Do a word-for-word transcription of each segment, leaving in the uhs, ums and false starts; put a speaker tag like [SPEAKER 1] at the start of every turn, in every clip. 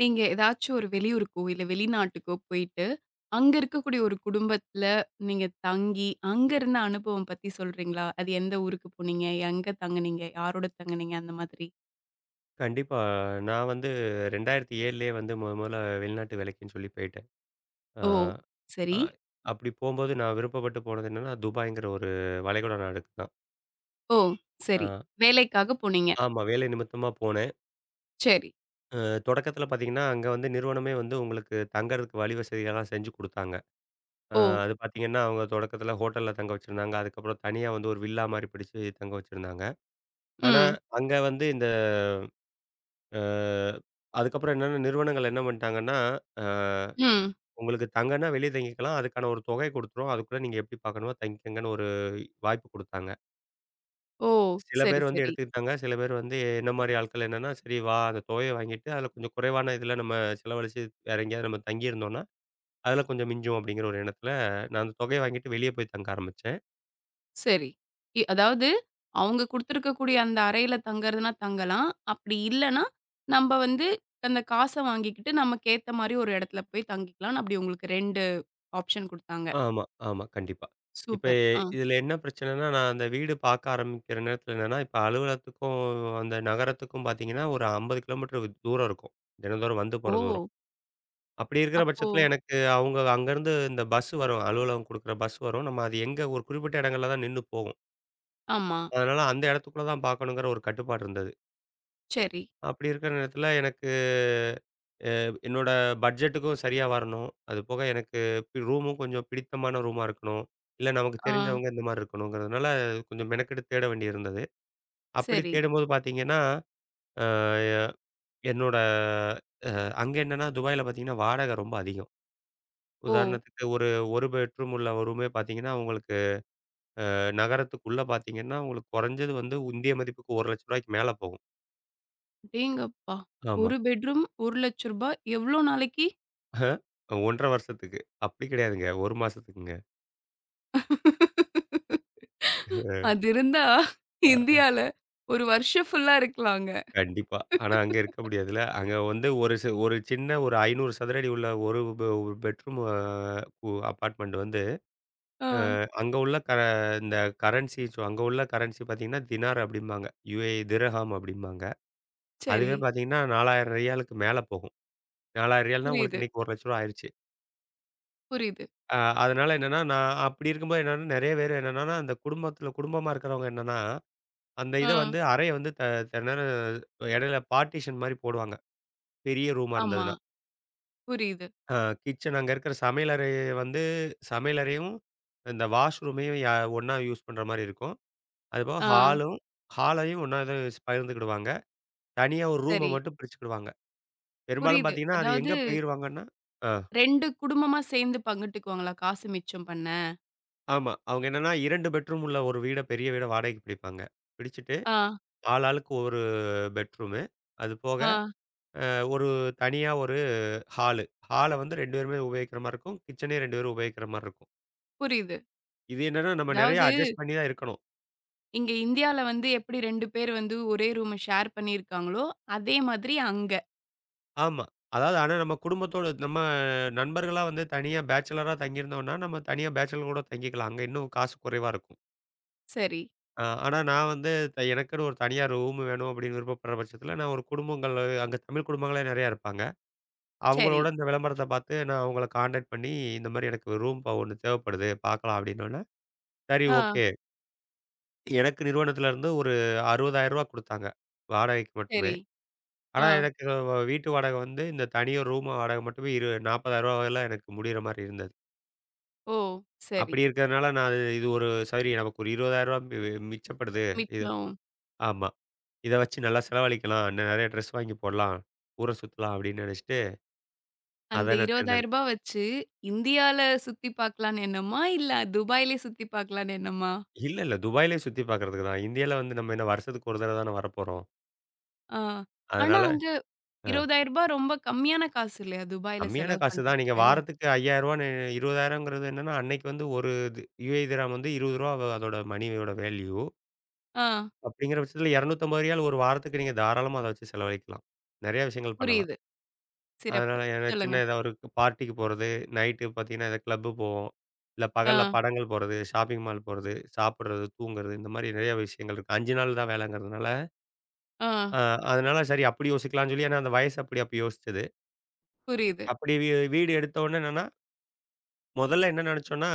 [SPEAKER 1] நீங்க ஏதாச்சும் ஒரு வெளியூருக்கோ, இல்ல வெளிநாட்டுக்கோ போயிட்டு, அங்க இருக்கக்கூடிய ஒரு குடும்பத்துல நீங்க தங்கி, அங்க இருந்த அனுபவம் பத்தி சொல்றீங்களா? அது எந்த ஊருக்கு போனீங்க? எங்க தங்குனீங்க? யாரோட தங்குனீங்க? அந்த மாதிரி.
[SPEAKER 2] கண்டிப்பா. நான் வந்து 2007லயே வந்து மொத மொதல்ல வெளிநாட்டு வேலைக்குன்னு சொல்லி போயிட்டேன். அ
[SPEAKER 1] ஓ!
[SPEAKER 2] அ
[SPEAKER 1] சரி.
[SPEAKER 2] அப்படி போம்போது நான் விருப்பப்பட்டு போனது என்னன்னா, துபாய்ங்கிற ஒரு வளைகுடா நாடுக்கு தான்.
[SPEAKER 1] ஓ!
[SPEAKER 2] அ
[SPEAKER 1] சரி. வேலைக்காக போனீங்க.
[SPEAKER 2] ஆமா. வேலை நிமித்தமா போனேன்.
[SPEAKER 1] சரி.
[SPEAKER 2] அ தொடக்கத்தில பார்த்தீங்கன்னா, அங்க வந்து நிறுவனமே வந்து உங்களுக்கு தங்கறதுக்கு வழி வசதிகள்லாம் செஞ்சு குடுத்தாங்க. அ
[SPEAKER 1] ஓ!
[SPEAKER 2] அது பார்த்தீங்கன்னா, அவங்க தொடக்கத்தில ஹோட்டல்ல தங்க வச்சிருந்தாங்க. அதுக்கப்புறம் தனியா வந்து ஒரு வில்லா மாரி பிடிச்சு தங்க வச்சிருந்தாங்க. ஆனா,
[SPEAKER 1] ம்.
[SPEAKER 2] அங்க வந்து இந்த அ அதுக்கப்புறம் என்னன்னா நிறுவனங்கள் என்ன பண்ணிட்டாங்கன்னா, அ
[SPEAKER 1] ம்.
[SPEAKER 2] உங்களுக்கு தங்கன்னா வெளிய தங்கிக்கலாம். அதுக்கான ஒரு தொகை குடுத்துருவோம். அதுக்குள்ள நீங்க எப்படி பார்க்கணுமோ தங்கிக்கங்கன்னு ஒரு வாய்ப்பு குடுத்தாங்க.
[SPEAKER 1] ஓ!
[SPEAKER 2] சில
[SPEAKER 1] சரி,
[SPEAKER 2] பேர் வந்து
[SPEAKER 1] சரி.
[SPEAKER 2] எடுத்துக்கிட்டாங்க. சில பேர் வந்து என்ன மாரி ஆட்கள் என்னன்னா, சரி வா அந்த தொகைய வாங்கிட்டு அதில கொஞ்சம் குறைவான இதில நம்ம செலவழிச்சு வேற எங்கேயாவது நம்ம தங்கியிருந்தோம்னா, அதில கொஞ்சம் மிஞ்சும் அப்படிங்கிற ஒரு எண்ணத்தில நான் அந்த தொகைய வாங்கிட்டு வெளிய போய் தங்க ஆரம்பிச்சேன்.
[SPEAKER 1] சரி. இ அதாவது அவங்க குடுத்துருக்கக்கூடிய அந்த அறையில தங்கறதுனா தங்கலாம். அப்படி இல்லன்னா, நம்ப வந்து அந்த காச வாங்கிக்கிட்டு நமக்கு ஏத்த மாரி ஒரு இடத்துல போய் தங்கிக்கலாம்னு அப்படி உங்களுக்கு இரண்டு ஆப்ஷன் குடுத்தாங்க.
[SPEAKER 2] ஆமா, ஆமா. கண்டிப்பா. இப்ப
[SPEAKER 1] சூப்பர். ஆ.
[SPEAKER 2] இதில என்ன பிரச்சனைன்னா, நான் அந்த வீடு பார்க்க ஆரம்பிக்கிற நேரத்தில என்னன்னா, இப்ப அலுவலகத்துக்கும் அந்த நகரத்துக்கும் பார்த்தீங்கன்னா, ஒரு ஐம்பது கிலோமீட்டர் தூரம் இருக்கும். தினந்தோறும் வந்து போற
[SPEAKER 1] ஓ!
[SPEAKER 2] தூரம். அப்படி இருக்கிற
[SPEAKER 1] அப்போ
[SPEAKER 2] பட்சத்தில எனக்கு அவங்க அங்கருந்து இந்த பஸ் வரும். அலுவலகம் குடுக்குற பஸ் வரும். நம்ம அது எங்க ஒரு குறிப்பிட்ட இடங்கள்ல தான் நின்னு போகும்.
[SPEAKER 1] ஆமா.
[SPEAKER 2] அதனால அந்த இடத்துக்குள்ள தான் பார்க்கணுங்கிற ஒரு கட்டுப்பாடு இருந்தது.
[SPEAKER 1] சரி.
[SPEAKER 2] அப்படி இருக்கிற நேரத்தில எனக்கு அ என்னோட பட்ஜெட்டுக்கும் சரியா வரணும். அது போக எனக்கு ரூமும் கொஞ்சம் பிடித்தமான ரூமா இருக்கணும். இல்ல நமக்கு
[SPEAKER 1] ஆ.
[SPEAKER 2] தெரிஞ்சவங்க இந்த மாரி இருக்கணுங்கிறதுனால கொஞ்சம் மெனக்கெட்டு தேட வேண்டியிருந்தது. அப்படி
[SPEAKER 1] சரி.
[SPEAKER 2] தேடும்போது பார்த்தீங்கன்னா, அ என்னோட அங்க என்னன்னா துபாயில பார்த்தீங்கன்னா வாடகை ரொம்ப அதிகம்.
[SPEAKER 1] ஓ!
[SPEAKER 2] உதாரணத்துக்கு ஒரு 1 பெட்ரூம் உள்ள ஒரு ரூமே பார்த்தீங்கன்னா, உங்களுக்கு நகரத்துக்குள்ள பார்த்தீங்கன்னா, உங்களுக்கு குறைஞ்சது வந்து இந்திய மதிப்புக்கு ரூ. 1,00,000க்கு மேல போகும்.
[SPEAKER 1] அடேங்கப்பா!
[SPEAKER 2] ஆமா.
[SPEAKER 1] ஒரு பெட்ரூம் ரூ. ஒரு லட்சம். எவ்வளோ நாளைக்கு?
[SPEAKER 2] அஹ ஒன்றரை வருஷத்துக்கு. அப்படி கிடையாதுங்க. ஒரு மாசத்துக்குங்க.
[SPEAKER 1] அது இருந்தா
[SPEAKER 2] அ
[SPEAKER 1] இந்தியால ஒரு வருஷம் ஃபுல்லா இருக்கலாங்க.
[SPEAKER 2] கண்டிப்பா. ஆனா அங்க இருக்க முடியாதுல்ல. அங்க வந்து ஒரு சி ஒரு சின்ன ஒரு ஐநூறு சதுர அடி உள்ள ஒரு பெ பெட்ரூம் அ உ அபார்ட்மெண்ட் வந்து
[SPEAKER 1] ஆ.
[SPEAKER 2] அங்க உள்ள க இந்த கரன்சி அங்க உள்ள கரன்சி பார்த்தீங்கன்னா, தினார் அப்படிம்பாங்க. U A E திர்ஹாம் அப்படிம்பாங்க.
[SPEAKER 1] சரி.
[SPEAKER 2] அதுவே பார்த்தீங்கன்னா, நாலாயிரம் ரியாலுக்கு மேல போகும். நாலாயிரம் ரியால்னா உங்களுக்கு
[SPEAKER 1] புரியுது.
[SPEAKER 2] இன்னைக்கு ரூ. ஒரு லட்சம் ஆயிருச்சு.
[SPEAKER 1] புரியுது.
[SPEAKER 2] அ அதனால என்னன்னா, நான் அப்படி இருக்கும்போது என்னன்னா, நெறைய பேர் என்னன்னா, அந்த குடும்பத்தில குடும்பமா இருக்கிறவங்க என்னன்னா, அந்த இத
[SPEAKER 1] ஆ.
[SPEAKER 2] வந்து அறைய வந்து த சில நேரம் இடையில பார்ட்டிஷன் மாரி போடுவாங்க. பெரிய ரூமா
[SPEAKER 1] ஆமா.
[SPEAKER 2] இருந்ததுன்னா.
[SPEAKER 1] புரியுது.
[SPEAKER 2] அ கிச்சன் அங்க இருக்கிற சமையலறைய வந்து சமையலறையும், இந்த வாஷ்ரூமையும் ய ஒண்ணா யூஸ் பண்ற மாரி இருக்கும். அதுபோக
[SPEAKER 1] ஆ.
[SPEAKER 2] ஹாலும் ஹாலையும் ஒண்ணா தான் ஸ் பகிர்ந்துக்கிடுவாங்க. தனியா ஒரு ரூம
[SPEAKER 1] சரி.
[SPEAKER 2] மட்டும் பிரிச்சுக்கிடுவாங்க. பெரும்பாலும்
[SPEAKER 1] புரியுது.
[SPEAKER 2] பார்த்தீங்கன்னா, அது
[SPEAKER 1] அதாவது,
[SPEAKER 2] எங்க பகிர்வாங்கன்னா ஆ
[SPEAKER 1] இரண்டு குடும்பமா சேர்ந்து பங்கிட்டுக்குவாங்களா? காசு மிச்சம் பண்ண.
[SPEAKER 2] ஆமா. அவங்க என்னன்னா இரண்டு பெட்ரூம் உள்ள ஒரு வீட பெரிய வீட வாடகைக்கு பிடிப்பாங்க. பிடிச்சுட்டு
[SPEAKER 1] ஆ,
[SPEAKER 2] ஆள் ஆளுக்கு ஒரு பெட்ரூமு. அது போக
[SPEAKER 1] ஆ.
[SPEAKER 2] அஹ், ஒரு தனியா ஒரு ஹாலு. ஹால வந்து ரெண்டு பேருமே உபயோகிக்கிற மாரி இருக்கும். கிச்சனையும் ரெண்டு பேரும் உபயோகிக்கிற மாரி இருக்கும்.
[SPEAKER 1] புரியுது.
[SPEAKER 2] இது என்னன்னா நம்ம நெறைய
[SPEAKER 1] அதாவது,
[SPEAKER 2] அட்ஜஸ்ட் பண்ணி தான் இருக்கணும்.
[SPEAKER 1] இங்க இந்தியால வந்து எப்படி இரண்டு பேர் வந்து ஒரே ரூம ஷேர் பண்ணியிருக்காங்களோ, அதே மாதிரி அங்க.
[SPEAKER 2] ஆமா. அதாவது ஆனா நம்ம குடும்பத்தோட நம்ம நண்பர்களா வந்து தனியா பேச்சலரா தங்கியிருந்தோம்னா, நம்ம தனியா பேச்சலர் கூட தங்கிக்கலாம். அங்க இன்னும் காசு குறைவா இருக்கும்.
[SPEAKER 1] சரி,
[SPEAKER 2] அ ஆனா நான் வந்து த- எனக்குன்னு ஒரு தனியா ரூம் வேணும் அப்படின்னு விருப்பப்படுற பட்சத்தில, நான் ஒரு குடும்பங்கள் அங்க தமிழ் குடும்பங்களே நெறையா இருப்பாங்க.
[SPEAKER 1] சரி.
[SPEAKER 2] அவங்களோட இந்த விளம்பரத்த பார்த்து நான் அவங்கள கான்டாக்ட் பண்ணி, இந்த மாரி எனக்கு ரூம் ஒண்ணு தேவைப்படுது பார்க்கலாம் அப்படின்னோனே, சரி
[SPEAKER 1] ஆ,
[SPEAKER 2] ஓகே. எனக்கு நிறுவனத்துல இருந்து ஒரு ரூ. அறுபதாயிரம் குடுத்தாங்க. வாடகைக்கு மட்டுமே.
[SPEAKER 1] சரி.
[SPEAKER 2] ஆனா,
[SPEAKER 1] ஆ.
[SPEAKER 2] எனக்கு வ வீட்டு வாடகை வந்து இந்த தனியார் ரூம் வாடகை மட்டுமே இரு ரூ. 40,000ல எனக்கு முடியிற மாரி இருந்தது.
[SPEAKER 1] ஓ! சரி.
[SPEAKER 2] அப்படி இருக்கிறதுனால நான் அது இது ஒரு சரி நமக்கு ஒரு ரூ. இருபதாயிரம் மி மி- மிச்சப்படுது. இது
[SPEAKER 1] மிச்சம்
[SPEAKER 2] ஆமா. இத வச்சு நல்லா செலவழிக்கலாம். இன்னும் நெறைய ட்ரெஸ் வாங்கி போடலாம். ஊர சுத்தலாம் அப்படின்னு நினைச்சுட்டு,
[SPEAKER 1] அந்த
[SPEAKER 2] அத
[SPEAKER 1] ரூ.
[SPEAKER 2] நான் தேர்ந்தெடுத்தேன்.
[SPEAKER 1] இருபதாயிரம் வச்சு இந்தியால சுத்தி பார்க்கலான்னு எண்ணமா? இல்ல துபாய்லயே சுத்தி பார்க்கலான்னு எண்ணமா?
[SPEAKER 2] இல்ல, இல்ல. துபாய்லயே சுத்தி பார்க்கறதுக்கு தான். இந்தியால வந்து நம்ம என்ன வருஷத்துக்கு ஒரு தடவ தானே வரப்போறோம்.
[SPEAKER 1] ஆ. ஆனா
[SPEAKER 2] அதனால
[SPEAKER 1] அங்க ரூ. இருபதாயிரம் ரொம்ப கம்மியான காசு இல்லையா? துபாய்ல
[SPEAKER 2] கம்மியான
[SPEAKER 1] செலவு
[SPEAKER 2] காசு தான்.
[SPEAKER 1] பண்றதுக்கு.
[SPEAKER 2] நீங்க வாரத்துக்கு ரூ. ஐயாயிரம் 20,000ங்கிறது என்னன்னா, அன்னைக்கு வந்து ஒரு இது யுஏ திராம் வந்து ரூ. இருபது வ அதோட மணியோட வேல்யூ.
[SPEAKER 1] ஆ
[SPEAKER 2] அப்படிங்கிற பட்சத்தில ரூ. இருநூற்று ஐம்பது ஒரு வாரத்துக்கு நீங்க தாராளமா அத வச்சு செலவழிக்கலாம். நெறைய விஷயங்கள் பண்ணலாம்.
[SPEAKER 1] புரியுது. சிறப்பு.
[SPEAKER 2] அதனால ஏன்னா
[SPEAKER 1] சொல்லுங்க.
[SPEAKER 2] சின்ன ஏதாவது ஒரு பார்ட்டிக்கு போறது, நைட்டு பார்த்தீங்கன்னா ஏதாவது கிளப்பு போவோம். இல்ல
[SPEAKER 1] ஆ,
[SPEAKER 2] பகல்ல படங்கள் போறது, ஷாப்பிங் மால் போறது, சாப்பிடுறது, தூங்குறது இந்த மாரி நெறைய விஷயங்கள் இருக்கு. ஐந்து நாள் தான் வேலைங்கிறதுனால,
[SPEAKER 1] ஆ
[SPEAKER 2] அ அதனால சரி அப்படி யோசிக்கலாம்னு சொல்லி ஏன்னா அந்த வயசு அப்படி அப்ப யோசிச்சது.
[SPEAKER 1] புரியுது.
[SPEAKER 2] அப்படி வீ வீடு எடுத்த உடனே என்னன்னா முதல்ல என்ன நெனச்சோன்னா,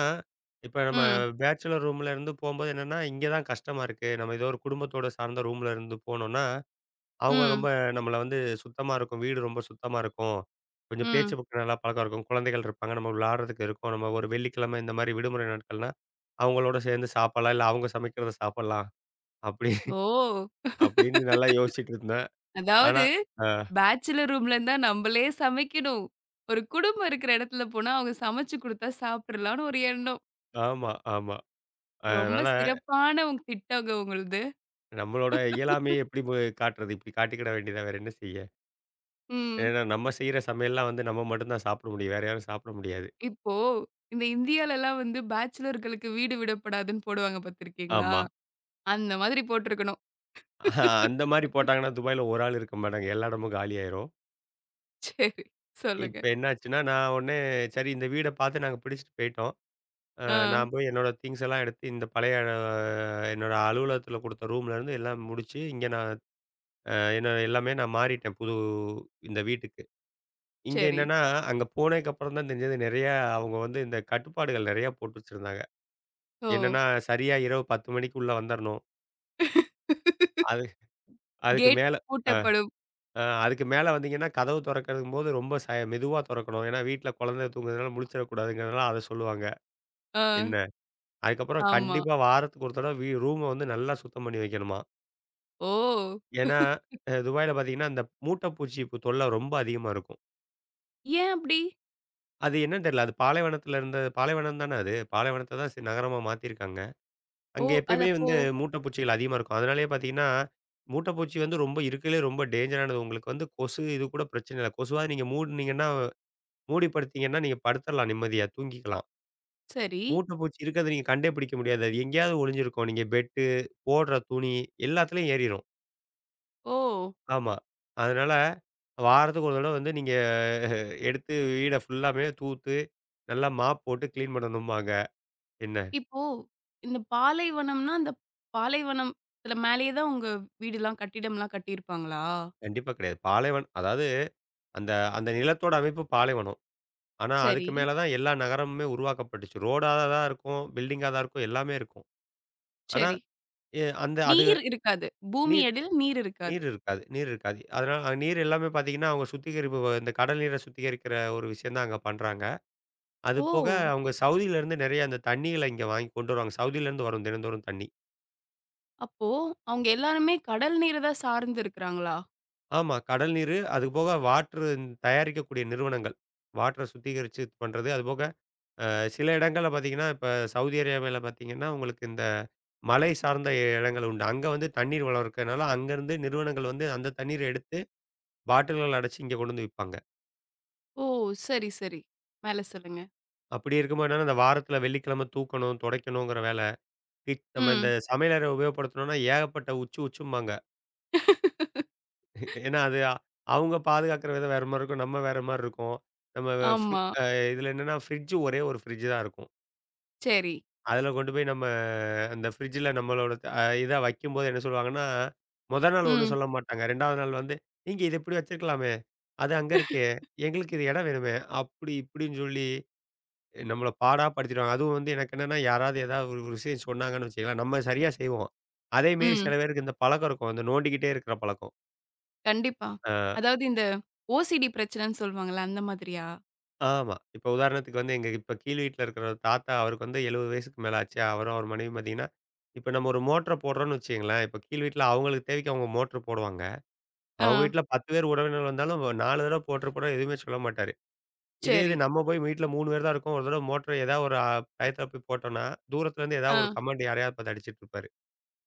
[SPEAKER 2] இப்ப நம்ம
[SPEAKER 1] ம்,
[SPEAKER 2] பேச்சுலர் ரூம்ல இருந்து போம்போது என்னன்னா, இங்க தான் கஷ்டமா இருக்கு. நம்ம ஏதோ ஒரு குடும்பத்தோட சார்ந்த ரூம்ல இருந்து போனோம்னா, அவங்க
[SPEAKER 1] ம்,
[SPEAKER 2] ரொம்ப நம்மள வந்து சுத்தமா இருக்கும். வீடு ரொம்ப சுத்தமா இருக்கும். கொஞ்சம்
[SPEAKER 1] ம்.
[SPEAKER 2] பேச்சு பக்கம் நல்லா பழக்கம் இருக்கும். குழந்தைகள் இருப்பாங்க. நம்ம விளையாடுறதுக்கு இருக்கும். நம்ம ஒரு வெள்ளிக்கிழமை இந்த மாரி விடுமுறை நாட்கள்னா, அவங்களோட சேர்ந்து சாப்பிடலாம். இல்ல அவங்க சமைக்கிறத சாப்பிடலாம். அப்படி
[SPEAKER 1] ஓ!
[SPEAKER 2] அப்படின்னு நல்லா யோசிச்சுட்டு இருந்தேன். ஆனா
[SPEAKER 1] அதாவது,
[SPEAKER 2] அ
[SPEAKER 1] பேச்சுலர் ரூம்ல இருந்தா நம்பளே சமைக்கணும். ஒரு குடும்பம் இருக்கிற இடத்துல போனா அவங்க சமைச்சு குடுத்தா சாப்பிட்றலாம்னு ஒரு எண்ணம்.
[SPEAKER 2] ஆமா, ஆமா.
[SPEAKER 1] ரொம்ப
[SPEAKER 2] அதனால
[SPEAKER 1] சிறப்பான உங்க திட்டங்க உங்களுது.
[SPEAKER 2] நம்மளோட இயலாமையை எப்படி போய் காட்டுறது? இப்படி காட்டிக்கிட வேண்டியதான். வேற என்ன செய்ய?
[SPEAKER 1] ம்.
[SPEAKER 2] ஏன்னா, நம்ம செய்ற சமையல்லாம் வந்து நம்ம மட்டும் தான் சாப்பிட முடியும். வேற யாரும் சாப்பிட முடியாது.
[SPEAKER 1] இப்போ இந்த இந்தியாலலாம் வந்து பேச்சுலர்களுக்கு வீடு விடப்படாதுன்னு போடுவாங்க பார்த்துருக்கீங்களா?
[SPEAKER 2] ஆமா.
[SPEAKER 1] அந்த மாதிரி போட்டிருக்கணும்.
[SPEAKER 2] ஆஹ், அந்த மாரி போட்டாங்கன்னா, துபாய்ல ஒரு ஆள் இருக்க மாட்டாங்க. எல்லா இடமும் காலியாயிரும்.
[SPEAKER 1] சரி. சொல்லுங்க.
[SPEAKER 2] இப்ப என்னாச்சுன்னா, நான் உடனே சரி இந்த வீட பார்த்து நாங்க பிடிச்சுட்டு போயிட்டோம். அ
[SPEAKER 1] ஆ.
[SPEAKER 2] நான் போய் என்னோட திங்ஸ் எல்லாம் எடுத்து இந்த பழைய அ என்னோட அலுவலகத்துல குடுத்த ரூம்லேருந்து எல்லாம் முடிச்சு, இங்க நான் அ என்ன எல்லாமே நான் மாறிட்டேன் புது இந்த வீட்டுக்கு. இங்க
[SPEAKER 1] சரி.
[SPEAKER 2] என்னன்னா, அங்க போனதுக்கு அப்புறம் தான் தெரிஞ்சது நெறையா அவங்க வந்து இந்த கட்டுப்பாடுகள் நெறையா போட்டு வச்சிருந்தாங்க.
[SPEAKER 1] ஓ!
[SPEAKER 2] என்னன்னா, சரியா இரவு பத்து மணிக்கு உள்ள வந்துரணும். அது அதுக்கு
[SPEAKER 1] கேட்
[SPEAKER 2] மேல அ,
[SPEAKER 1] பூட்டப்படும்.
[SPEAKER 2] அ அதுக்கு மேல வந்தீங்கன்னா, கதவு தொறக்கறங்கும்போது ரொம்ப ச மெதுவா தொறக்கணும். ஏன்னா, வீட்ல குழந்தை தூங்குறதுனால முழிச்சிடக்கூடாதுங்கிறதுனால அத சொல்லுவாங்க.
[SPEAKER 1] ஆ.
[SPEAKER 2] என்ன. அதுக்கப்புறம்
[SPEAKER 1] ஆமா.
[SPEAKER 2] கண்டிப்பா வாரத்துக்கு ஒரு தடவ வீ ரூம வந்து நல்லா சுத்தம் பண்ணி வைக்கணுமாம்.
[SPEAKER 1] ஓ!
[SPEAKER 2] ஏன்னா, அ துபாயில பார்த்தீங்கன்னா, அந்த மூட்டை பூச்சி ப் தொல்லை ரொம்ப அதிகமா இருக்கும்.
[SPEAKER 1] ஏன் அப்படி?
[SPEAKER 2] அது என்னன்னு தெரியல. அது பாலைவனத்தில இருந்த பாலைவனம் தானே அது. பாலைவனத்த தான் சி நகரமா மாத்தியிருக்காங்க.
[SPEAKER 1] ஓ!
[SPEAKER 2] அங்க
[SPEAKER 1] அது
[SPEAKER 2] எப்பயுமே
[SPEAKER 1] அப்போ
[SPEAKER 2] வந்து மூட்டை பூச்சிகள் அதிகமா இருக்கும். அதனாலேயே பார்த்தீங்கன்னா, மூட்டை பூச்சி வந்து ரொம்ப இருக்கறதுலே ரொம்ப டேஞ்சரானது. உங்களுக்கு வந்து கொசு இது கூட பிரச்சனை இல்ல. கொசுவாவது நீங்க மூடுனீங்கன்னா மூடி படுத்தீங்கன்னா, நீங்க படுத்துறலாம் நிம்மதியா, தூங்கிக்கலாம்.
[SPEAKER 1] சரி.
[SPEAKER 2] மூட்ட பூச்சி இருக்கிறத நீங்க கண்டே பிடிக்க முடியாது. அது எங்கேயாவது ஒளிஞ்சிருக்கும். நீங்க பெட்டு, போடுற துணி எல்லாத்துலயும் ஏறிரும்.
[SPEAKER 1] ஓ!
[SPEAKER 2] ஆமா. அதனால வாரத்துக்கு ஒரு தடவ வந்து நீங்க அஹ், எடுத்து வீட ஃபுல்லாமே தூத்து, நல்லா மாப் போட்டு கிளீன் பண்ணணும்பாங்க. என்ன?
[SPEAKER 1] இப்போ இந்த பாலைவனம்னா, அந்த பாலைவனத்துல மேலேயே தான் உங்க வீடுலாம் கட்டிடம்லாம் கட்டியிருப்பாங்களா?
[SPEAKER 2] கண்டிப்பா கிடையாது. பாலைவனம் அதாவது அந்த அந்த நிலத்தோட அமைப்பு பாலைவனம். ஆனா, அதுக்கு
[SPEAKER 1] சரி,
[SPEAKER 2] மேல தான் எல்லா நகரமுமே உருவாக்கப்பட்டுச்சு. ரோடா தான் இருக்கும், பில்டிங்கா தான் இருக்கும், எல்லாமே இருக்கும். ஆனா,
[SPEAKER 1] சரி.
[SPEAKER 2] எ அந்த அது
[SPEAKER 1] நீர் இருக்காது. பூமி
[SPEAKER 2] நீர்
[SPEAKER 1] அடியில நீர் இருக்காது.
[SPEAKER 2] நீர் இருக்காது நீர் இருக்காது. அதனால அங்க நீர் எல்லாமே பார்த்தீங்கன்னா, அவங்க சுத்திகரிப்பு வ இந்த கடல் நீர சுத்திகரிக்கிற ஒரு விஷயம் தான் அங்க பண்றாங்க. அது
[SPEAKER 1] ஓ!
[SPEAKER 2] போக அவங்க சவுதியிலேருந்து நெறைய அந்த தண்ணிகள இங்க வாங்கி கொண்டு வருவாங்க. சவுதியிலேருந்து வரும் தினந்தோறும் தண்ணி.
[SPEAKER 1] அப்போ அவங்க எல்லாருமே கடல் நீர தான் சார்ந்து இருக்கிறாங்களா?
[SPEAKER 2] ஆமா. கடல் நீரு, அது போக வாட்டரு தயாரிக்கக்கூடிய நிறுவனங்கள். வாட்டர சுத்திகரிச்சு பண்றது. அதுபோக அ சில இடங்கள்ல பார்த்தீங்கன்னா, இப்ப சவுதி அரேபியாவில பார்த்தீங்கன்னா, உங்களுக்கு இந்த மலை சார்ந்த இடங்கள் உண்டு. அங்க வந்து தண்ணீர் வளம் இருக்கிறதுனால, அங்கருந்து நிறுவனங்கள் வந்து அந்த தண்ணீர எடுத்து பாட்டில்கள் அடைச்சு இங்க கொண்டு வந்து விப்பாங்க.
[SPEAKER 1] ஓ! சரி, சரி. மேல சொல்லுங்க.
[SPEAKER 2] அப்படி இருக்கும்போது என்னன்னா, இந்த வாரத்தில வெள்ளிக்கிழமை தூக்கணும், துடைக்கணுங்கிற வேலை. கிட் நம்ம இந்த
[SPEAKER 1] ம்.
[SPEAKER 2] சமையலறை உபயோகப்படுத்தணும்னா ஏகப்பட்ட உச்சு உச்சும்பாங்க. ஏன்னா, அது அ- அவங்க பாதுகாக்கிற விதம் வேற மாரி இருக்கும். நம்ம வேற மாரி இருக்கும். நம்ம ஃப்ரி
[SPEAKER 1] ஆமா.
[SPEAKER 2] அ இதில என்னன்னா ஃப்ரிட்ஜ் ஒரே ஒரு ஃப்ரிட்ஜ் தான் இருக்கும்.
[SPEAKER 1] சரி.
[SPEAKER 2] அதில கொண்டு போய் நம்ம அந்த ஃப்ரிட்ஜில நம்மளோட அ இத வைக்கும்போது என்ன சொல்லுவாங்கன்னா, மொத நாள் ஒண்ணும்
[SPEAKER 1] ம்.
[SPEAKER 2] சொல்ல மாட்டாங்க. ரெண்டாவது நாள் வந்து, "நீங்க இத இப்படி வச்சிருக்கலாமே! அது அங்க இருக்கே! எங்களுக்கு இது இடம் வேணுமே!" அப்படி இப்படின்னு சொல்லி நம்மள பாடா படுத்திடுவாங்க. அதுவும் வந்து எனக்கு என்னன்னா, யாராவது ஏதாவது ஒரு ஒரு விஷயம் சொன்னாங்கன்னு வச்சுக்கங்களேன், நம்ம சரியா செய்வோம். அதே மீறி சில
[SPEAKER 1] ம்.
[SPEAKER 2] பேருக்கு இந்த பழக்கம் இருக்கும். இந்த நோண்டிக்கிட்டே இருக்கிற பழக்கம்.
[SPEAKER 1] கண்டிப்பா.
[SPEAKER 2] அ
[SPEAKER 1] அதாவது, இந்த ஓசிடி பிரச்சனைன்னு சொல்லுவாங்கல்ல, அந்த மாதிரியா?
[SPEAKER 2] ஆமா. இப்ப உதாரணத்துக்கு வந்து எங்க இப்ப கீழ் வீட்ல இருக்கிற தாத்தா அவருக்கு வந்து எழுபது வயசுக்கு மேல ஆச்சு. அவரும் அவர் மனைவியும் பார்த்தீங்கன்னா, இப்ப நம்ம ஒரு மோட்டர போடுறோம்னு வச்சுக்கங்களேன், இப்ப கீழ் வீட்ல அவங்களுக்கு தேவைக்கு அவங்க மோட்டர் போடுவாங்க.
[SPEAKER 1] ஆ.
[SPEAKER 2] அவங்க வீட்ல பத்து பேர் உறவினர் வந்தாலும் நாலு தடவ போட்டு போனா எதுவுமே சொல்ல மாட்டாரு. இதே இது
[SPEAKER 1] சரி.
[SPEAKER 2] நம்ம போய் வீட்ல மூணு பேர் தான் இருக்கோம். ஒரு தடவ மோட்டர் ஏதாவது ஒரு அ டயத்துல போய் போட்டோம்னா, தூரத்துல இருந்து
[SPEAKER 1] ஆ.
[SPEAKER 2] ஏதாவது ஒரு கமெண்ட் யாரையாவது பார்த்து அடிச்சிட்டு இருப்பாரு.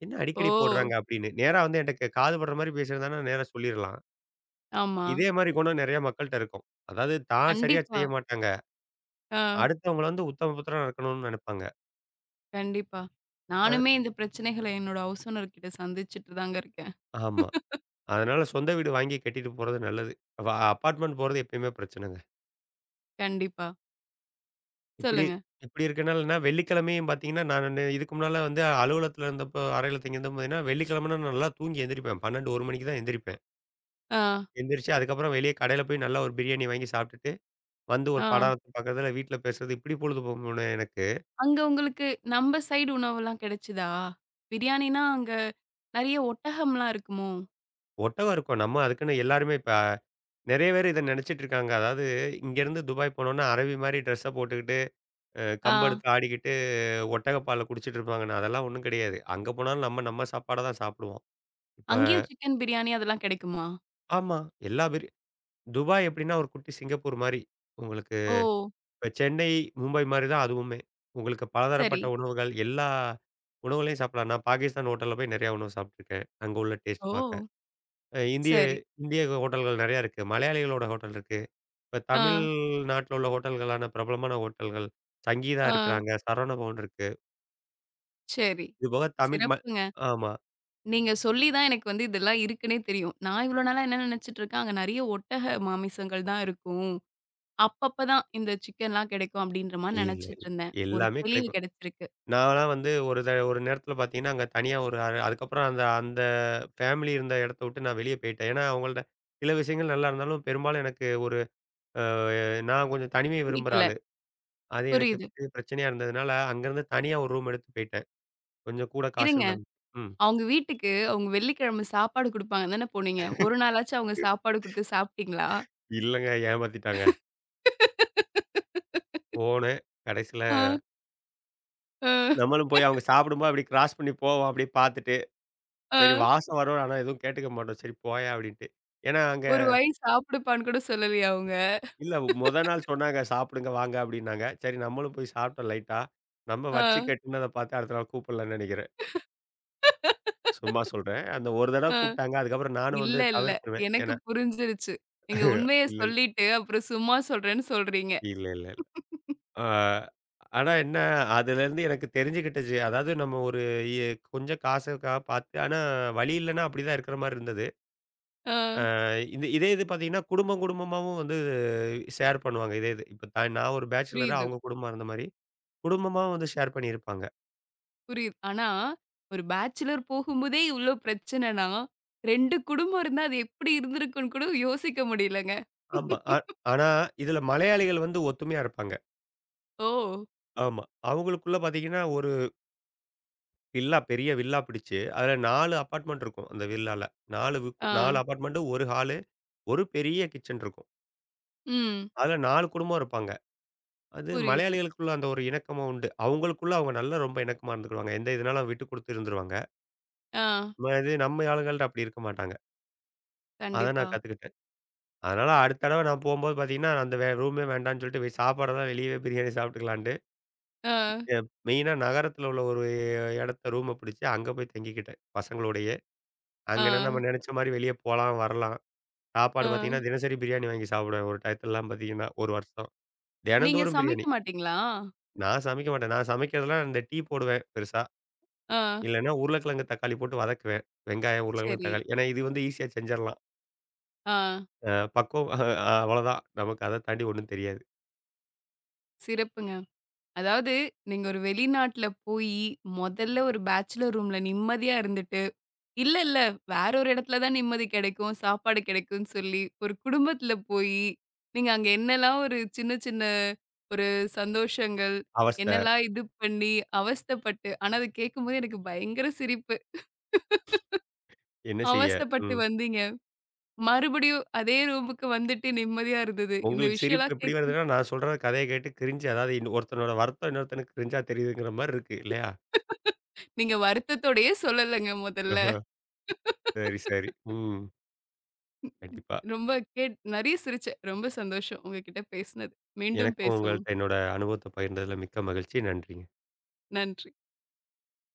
[SPEAKER 2] என்ன
[SPEAKER 1] ஓ!
[SPEAKER 2] அடிக்கடி போடுறாங்க அப்படின்னு. நேரா வந்து என்ட்ட க காது படுற மாரி பேசுறதுனா நேரா சொல்லிரலாம்.
[SPEAKER 1] ஆமா.
[SPEAKER 2] இதே மாரி குணம் நெறைய மக்கள்ட்ட இருக்கும். அதாவது தான் சரியா
[SPEAKER 1] கண்டிப்பா.
[SPEAKER 2] செய்ய மாட்டாங்க.
[SPEAKER 1] ஆ.
[SPEAKER 2] அடுத்தவங்கள வந்து உத்தம புத்திரனா இருக்கணும்னு நெனைப்பாங்க.
[SPEAKER 1] கண்டிப்பா.
[SPEAKER 2] அ
[SPEAKER 1] நானுமே இந்த பிரச்சனைகள என்னோட ஹவுஸ் ஓனர் கிட்ட சந்திச்சுட்டு தாங்க இருக்கேன்.
[SPEAKER 2] ஆமா. அதனால சொந்த வீடு வாங்கி கட்டிட்டு போறது நல்லது. வ அபார்ட்மெண்ட் போறது எப்பயுமே பிரச்சனைங்க.
[SPEAKER 1] கண்டிப்பா.
[SPEAKER 2] இப்படி
[SPEAKER 1] சொல்லுங்க.
[SPEAKER 2] இப்படி இருக்கனால நான் வெள்ளிக்கிழமையும் பார்த்தீங்கன்னா, நான் நெ- இதுக்கு முன்னால வந்து அலுவலகத்துல இருந்தப்போ அறையில தங்கியிருந்தப்போ பார்த்தீங்கன்னா, வெள்ளிக்கிழமைனா நல்லா தூங்கி எந்திரிப்பேன். பன்னிரண்டு, ஒரு மணிக்கு தான் எந்திரிப்பேன்.
[SPEAKER 1] ஆ.
[SPEAKER 2] எந்திரிச்சு அதுக்கப்புறம் வெளிய கடையில போய் நல்லா ஒரு பிரியாணி வாங்கி சாப்பிட்டுட்டு வந்து ஒரு
[SPEAKER 1] ஆ.
[SPEAKER 2] படம் பார்க்குறதுல வீட்ல பேசுறது இப்படி பொழுது போகும்னு எனக்கு
[SPEAKER 1] அங்க உங்களுக்கு நம்ம சைடு உணவெல்லாம் கிடைச்சதா? பிரியாணின்னா அங்க நெறைய ஒட்டகம்லாம் இருக்குமோ?
[SPEAKER 2] ஒட்டகம் இருக்கும். நம்ம அதுக்குன்னு எல்லாருமே இப்ப நெறைய பேர் இத நெனச்சிட்டு இருக்காங்க. அதாவது இங்கேருந்து துபாய் போனோம்னா அரபி மாரி ட்ரெஸ்ஸ போட்டுக்கிட்டு, அ
[SPEAKER 1] ஆ.
[SPEAKER 2] கம்பெடுத்து ஆடிக்கிட்டு ஒட்டக பால குடிச்சிட்டு இருப்பாங்கன்னு. அதெல்லாம் ஒண்ணும் கிடையாது. அங்க போனாலும் நம்ம நம்ம சாப்பாட தான் சாப்பிடுவோம். இப்ப
[SPEAKER 1] அங்கேயும் சிக்கன் பிரியாணி அதெல்லாம் கிடைக்குமா?
[SPEAKER 2] ஆமா. எல்லா பெரிய துபாய் எப்படின்னா ஒரு குட்டி சிங்கப்பூர் மாரி. உங்களுக்கு
[SPEAKER 1] ஓ!
[SPEAKER 2] இப்ப சென்னை, மும்பை மாரி தான் அதுவுமே. உங்களுக்கு
[SPEAKER 1] சரி.
[SPEAKER 2] பலதரப்பட்ட உணவுகள் எல்லா உணவுகளையும் சாப்பிடலாம். நான் பாகிஸ்தான் ஹோட்டல்ல போய் நெறையா உணவு சாப்பிட்டுருக்கேன். அங்க உள்ள டேஸ்ட் பார்க்க.
[SPEAKER 1] ஓ!
[SPEAKER 2] அ இந்திய
[SPEAKER 1] சரி.
[SPEAKER 2] இந்திய ஹோட்டல்கள் நெறையா இருக்கு. மலையாளிகளோட ஹோட்டல் இருக்கு. இப்ப
[SPEAKER 1] ஆ.
[SPEAKER 2] தமிழ்நாட்டுல உள்ள ஹோட்டல்களான பிரபலமான ஹோட்டல்கள். சங்கீதா
[SPEAKER 1] ஆ.
[SPEAKER 2] இருக்கிறாங்க. சரவணபவன் இருக்கு.
[SPEAKER 1] சரி.
[SPEAKER 2] இது போக தமிழ் ம
[SPEAKER 1] சிறப்புங்க.
[SPEAKER 2] ஆமா.
[SPEAKER 1] நீங்க சொல்லி தான் எனக்கு வந்து இதெல்லாம் இருக்குன்னே தெரியும். நான் இவ்வளோ நாளா என்ன நினைச்சுட்டு இருக்கேன், அங்க நிறைய ஒட்டக மாமிசங்கள் தான் இருக்கும். அப்பப்ப தான் இந்த சிக்கன்லாம் கிடைக்கும் அப்படின்ற மாரி
[SPEAKER 2] இல்ல,
[SPEAKER 1] நினைச்சுட்டு
[SPEAKER 2] இல்ல.
[SPEAKER 1] இருந்தேன். ஒரு
[SPEAKER 2] எல்லாமே
[SPEAKER 1] தெளிவு
[SPEAKER 2] கிடைக்கும்.
[SPEAKER 1] கிடைச்சிருக்கு.
[SPEAKER 2] நான்லாம் வந்து ஒரு த ஒரு நேரத்துல பார்த்தீங்கன்னா, அங்க தனியா ஒரு அ அதுக்கப்புறம் அந்த அந்த ஃபேமிலி இருந்த இடத்த விட்டு நான் வெளியே போயிட்டேன். ஏன்னா, அவங்கள்ட்ட சில விஷயங்கள் நல்லா இருந்தாலும், பெரும்பாலும் எனக்கு ஒரு அ நான் கொஞ்சம் தனிமையை விரும்புற
[SPEAKER 1] புடிக்கல.
[SPEAKER 2] ஆளு. அது எனக்கு
[SPEAKER 1] புரியுது.
[SPEAKER 2] பெரிய பிரச்சனையா இருந்ததுனால, அங்கருந்து தனியா ஒரு ரூம் எடுத்து போயிட்டேன். கொஞ்சம் கூட காசு
[SPEAKER 1] இருங்க.
[SPEAKER 2] இருந்தாலும். ம்.
[SPEAKER 1] அவங்க வீட்டுக்கு அவங்க வெள்ளிக்கிழமை சாப்பாடு குடுப்பாங்க தானே போனீங்க. ஒரு நாளாச்சும் அவங்க சாப்பாடு குடுத்து சாப்பிட்டீங்களா?
[SPEAKER 2] இல்லங்க. ஏமாத்திட்டாங்க. போனேன். கடைசில
[SPEAKER 1] ஆ, ஆ,
[SPEAKER 2] நம்மளும் போய் அவங்க சாப்பிடும்போது அப்படி கிராஸ் பண்ணி போவோம். அப்படியே பார்த்துட்டு. சரி
[SPEAKER 1] ஆ.
[SPEAKER 2] வாசம் வரும். ஆனா எதுவும் கேட்டுக்க மாட்டோம். சரி போயா அப்படின்ட்டு. ஏன்னா அங்க
[SPEAKER 1] ஒரு வாய் சாப்பிடுப்பான்னு கூட சொல்லலையா அவங்க?
[SPEAKER 2] இல்ல மொத நாள் சொன்னாங்க சாப்பிடுங்க வாங்க அப்படின்னாங்க. சரி நம்மளும் போய் சாப்பிட்டோம் லைட்டா. நம்ம
[SPEAKER 1] ஆ,
[SPEAKER 2] வச்சு கெட்டுனத பார்த்து அடுத்த நாள் கூப்பிடலன்னு நெனைக்கிறேன். சும்மா சொல்றேன். அந்த ஒரு தடவ
[SPEAKER 1] ஆ.
[SPEAKER 2] கூப்பிட்டாங்க. அதுக்கப்புறம் நானும்
[SPEAKER 1] இல்ல,
[SPEAKER 2] வந்து
[SPEAKER 1] இல்ல.
[SPEAKER 2] தவிர்த்துருவேன்.
[SPEAKER 1] எனக்கு
[SPEAKER 2] ஏன்னா
[SPEAKER 1] புரிஞ்சிருச்சு. நீங்க உண்மைய
[SPEAKER 2] இல்ல, இல்ல.
[SPEAKER 1] சொல்லிட்டு, அப்புறம் சும்மா சொல்றேன்னு சொல்றீங்க.
[SPEAKER 2] இல்ல, இல்ல. ஆ. ஆனா என்ன, அதுலேருந்து எனக்கு தெரிஞ்சுக்கிட்டுச்சு. அதாவது நம்ம ஒரு எ கொஞ்சம் காசுக்காக பார்த்து ஆனா வழி இல்லன்னா அப்படிதான் இருக்கிற மாரி இருந்தது.
[SPEAKER 1] ஆ
[SPEAKER 2] அ இந்த இதே இது பார்த்தீங்கன்னா, குடும்பம் குடும்பமாவும் வந்து ஷேர் பண்ணுவாங்க. இதே இது. இப்ப தான் நான் ஒரு பேச்சுலரு,
[SPEAKER 1] புரியுது,
[SPEAKER 2] அவங்க குடும்பம் அந்த மாரி. குடும்பமா வந்து ஷேர் பண்ணியிருப்பாங்க.
[SPEAKER 1] புரியுது. ஆனா, ஒரு பேச்சுலர் போகும்போதே இவ்ளோ பிரச்சனைனா, இரண்டு குடும்பம் இருந்தா அது எப்படி இருந்திருக்கும்னு கூட யோசிக்க முடியலங்க.
[SPEAKER 2] ஆமா. அ ஆனா இதுல மலையாளிகள் வந்து ஒத்துமையா இருப்பாங்க.
[SPEAKER 1] ஓ!
[SPEAKER 2] ஆமா. அவங்களுக்குள்ள பார்த்தீங்கன்னா, ஒரு வில்லா பெரிய வில்லா பிடிச்சு, அதுல நாலு அபார்ட்மெண்ட் இருக்கும். அந்த வில்லால. நாலு வு
[SPEAKER 1] ஆ.
[SPEAKER 2] நாலு அபார்ட்மெண்ட், ஒரு ஹாலு, ஒரு பெரிய கிச்சன் இருக்கும்.
[SPEAKER 1] ம்.
[SPEAKER 2] அதுல நாலு குடும்பம் இருப்பாங்க. அது
[SPEAKER 1] புரியுது.
[SPEAKER 2] மலையாளிகளுக்குள்ள அந்த ஒரு இணக்கமா உண்டு. அவங்களுக்குள்ள அவங்க நல்லா ரொம்ப இணக்கமா இருந்துக்கிடுவாங்க. எந்த இதுனாலும் விட்டு குடுத்து இருந்துருவாங்க.
[SPEAKER 1] ஆ.
[SPEAKER 2] ம இது நம்ம ஆளுங்கள்ட்ட அப்படி இருக்க மாட்டாங்க. அத
[SPEAKER 1] கண்டிப்பா.
[SPEAKER 2] நான் கத்துக்கிட்டேன். அதனால அடுத்த தடவ நான் போம்போது பார்த்தீங்கன்னா, அந்த வே ரூமே வேண்டான்னு சொல்லிட்டு போய் சாப்பாடெல்லாம் வெளியவே பிரியாணி சாப்பிட்டுக்கலான்ட்டு,
[SPEAKER 1] ஆ,
[SPEAKER 2] அ மெயினா நகரத்தில உள்ள ஒரு இடத்த ரூம பிடிச்சு அங்க போய் தங்கிக்கிட்டேன் பசங்களோடயே.
[SPEAKER 1] ஆ,
[SPEAKER 2] அங்கன்னா நம்ம நெனச்ச மாரி வெளிய போலாம், வரலாம்.
[SPEAKER 1] ஆ.
[SPEAKER 2] சாப்பாடு பார்த்தீங்கன்னா, தினசரி பிரியாணி வாங்கி சாப்பிடுவேன் ஒரு டயத்துலலாம் பார்த்தீங்கன்னா, ஒரு வருஷம்.
[SPEAKER 1] நீங்க
[SPEAKER 2] தினந்தோறும்
[SPEAKER 1] சமைக்க
[SPEAKER 2] பிரியாணி.
[SPEAKER 1] மாட்டீங்களா?
[SPEAKER 2] நான் சமைக்க மாட்டேன். நான் சமைக்கிறதெல்லாம் இந்த டீ போடுவேன் பெருசா.
[SPEAKER 1] ஆ.
[SPEAKER 2] இல்லன்னா, உருளைக்கிழங்கு, தக்காளி போட்டு வதக்குவேன். வெங்காயம், உருளைக்கிழங்கு,
[SPEAKER 1] சரி.
[SPEAKER 2] தக்காளி. ஏன்னா, இது வந்து ஈஸியா செஞ்சிரலாம்.
[SPEAKER 1] ஆ.
[SPEAKER 2] அ பக்குவம் அவ்வளோதான். நமக்கு அத தாண்டி ஒண்ணும் தெரியாது.
[SPEAKER 1] சிறப்புங்க. அதாவது, நீங்க ஒரு வெளிநாட்ல போயி, முதல்ல ஒரு பேச்சுலர் ரூம்ல நிம்மதியா இருந்துட்டு, இல்ல, இல்ல, வேற ஒரு இடத்துல தான் நிம்மதி கிடைக்கும், சாப்பாடு கிடைக்கும்ன்னு சொல்லி, ஒரு குடும்பத்துல போயி, நீங்க அங்க என்னலாம் ஒரு சின்ன, சின்ன ஒரு சந்தோஷங்கள்,
[SPEAKER 2] அவஸ்தை.
[SPEAKER 1] என்னலாம் இது பண்ணி அவஸ்தைப்பட்டு ஆனா அது கேட்கும்போது எனக்கு பயங்கர சிரிப்பு.
[SPEAKER 2] என்ன செய்ய?
[SPEAKER 1] அவஸ்தைப்பட்டு
[SPEAKER 2] ம்.
[SPEAKER 1] வந்தீங்க. மறுபடியும் அதே ரூமுக்கு வந்துட்டு நிம்மதியா இருந்தது. இந்த
[SPEAKER 2] உங்களுக்கு சிரிப்பு
[SPEAKER 1] விஷயம்லாம்
[SPEAKER 2] எப்படி
[SPEAKER 1] கேட்கும்.
[SPEAKER 2] வருதுன்னா, நான் சொல்ற கதைய கேட்டு கிரிஞ்சு அதாவது இன் ஒருத்தனோட வருத்தம் இன்னொருத்தனுக்கு கிரிஞ்சா தெரியுதுங்கிற மாரி இருக்கு. இல்லையா?
[SPEAKER 1] நீங்க வருத்தத்தோடயே சொல்லலங்க முதல்ல.
[SPEAKER 2] ஆஹா. சரி, சரி. ம். கண்டிப்பா.
[SPEAKER 1] ரொம்ப கேட் நெறைய சிரிச்சேன். ரொம்ப சந்தோஷம் உங்ககிட்ட பேசினது. மீண்டும்
[SPEAKER 2] எனக்கும்
[SPEAKER 1] பேசுவோம்.
[SPEAKER 2] உங்கள்ட்ட என்னோட அனுபவத்த பகிர்ந்ததுல மிக்க மகிழ்ச்சி. நன்றிங்க.
[SPEAKER 1] நன்றி.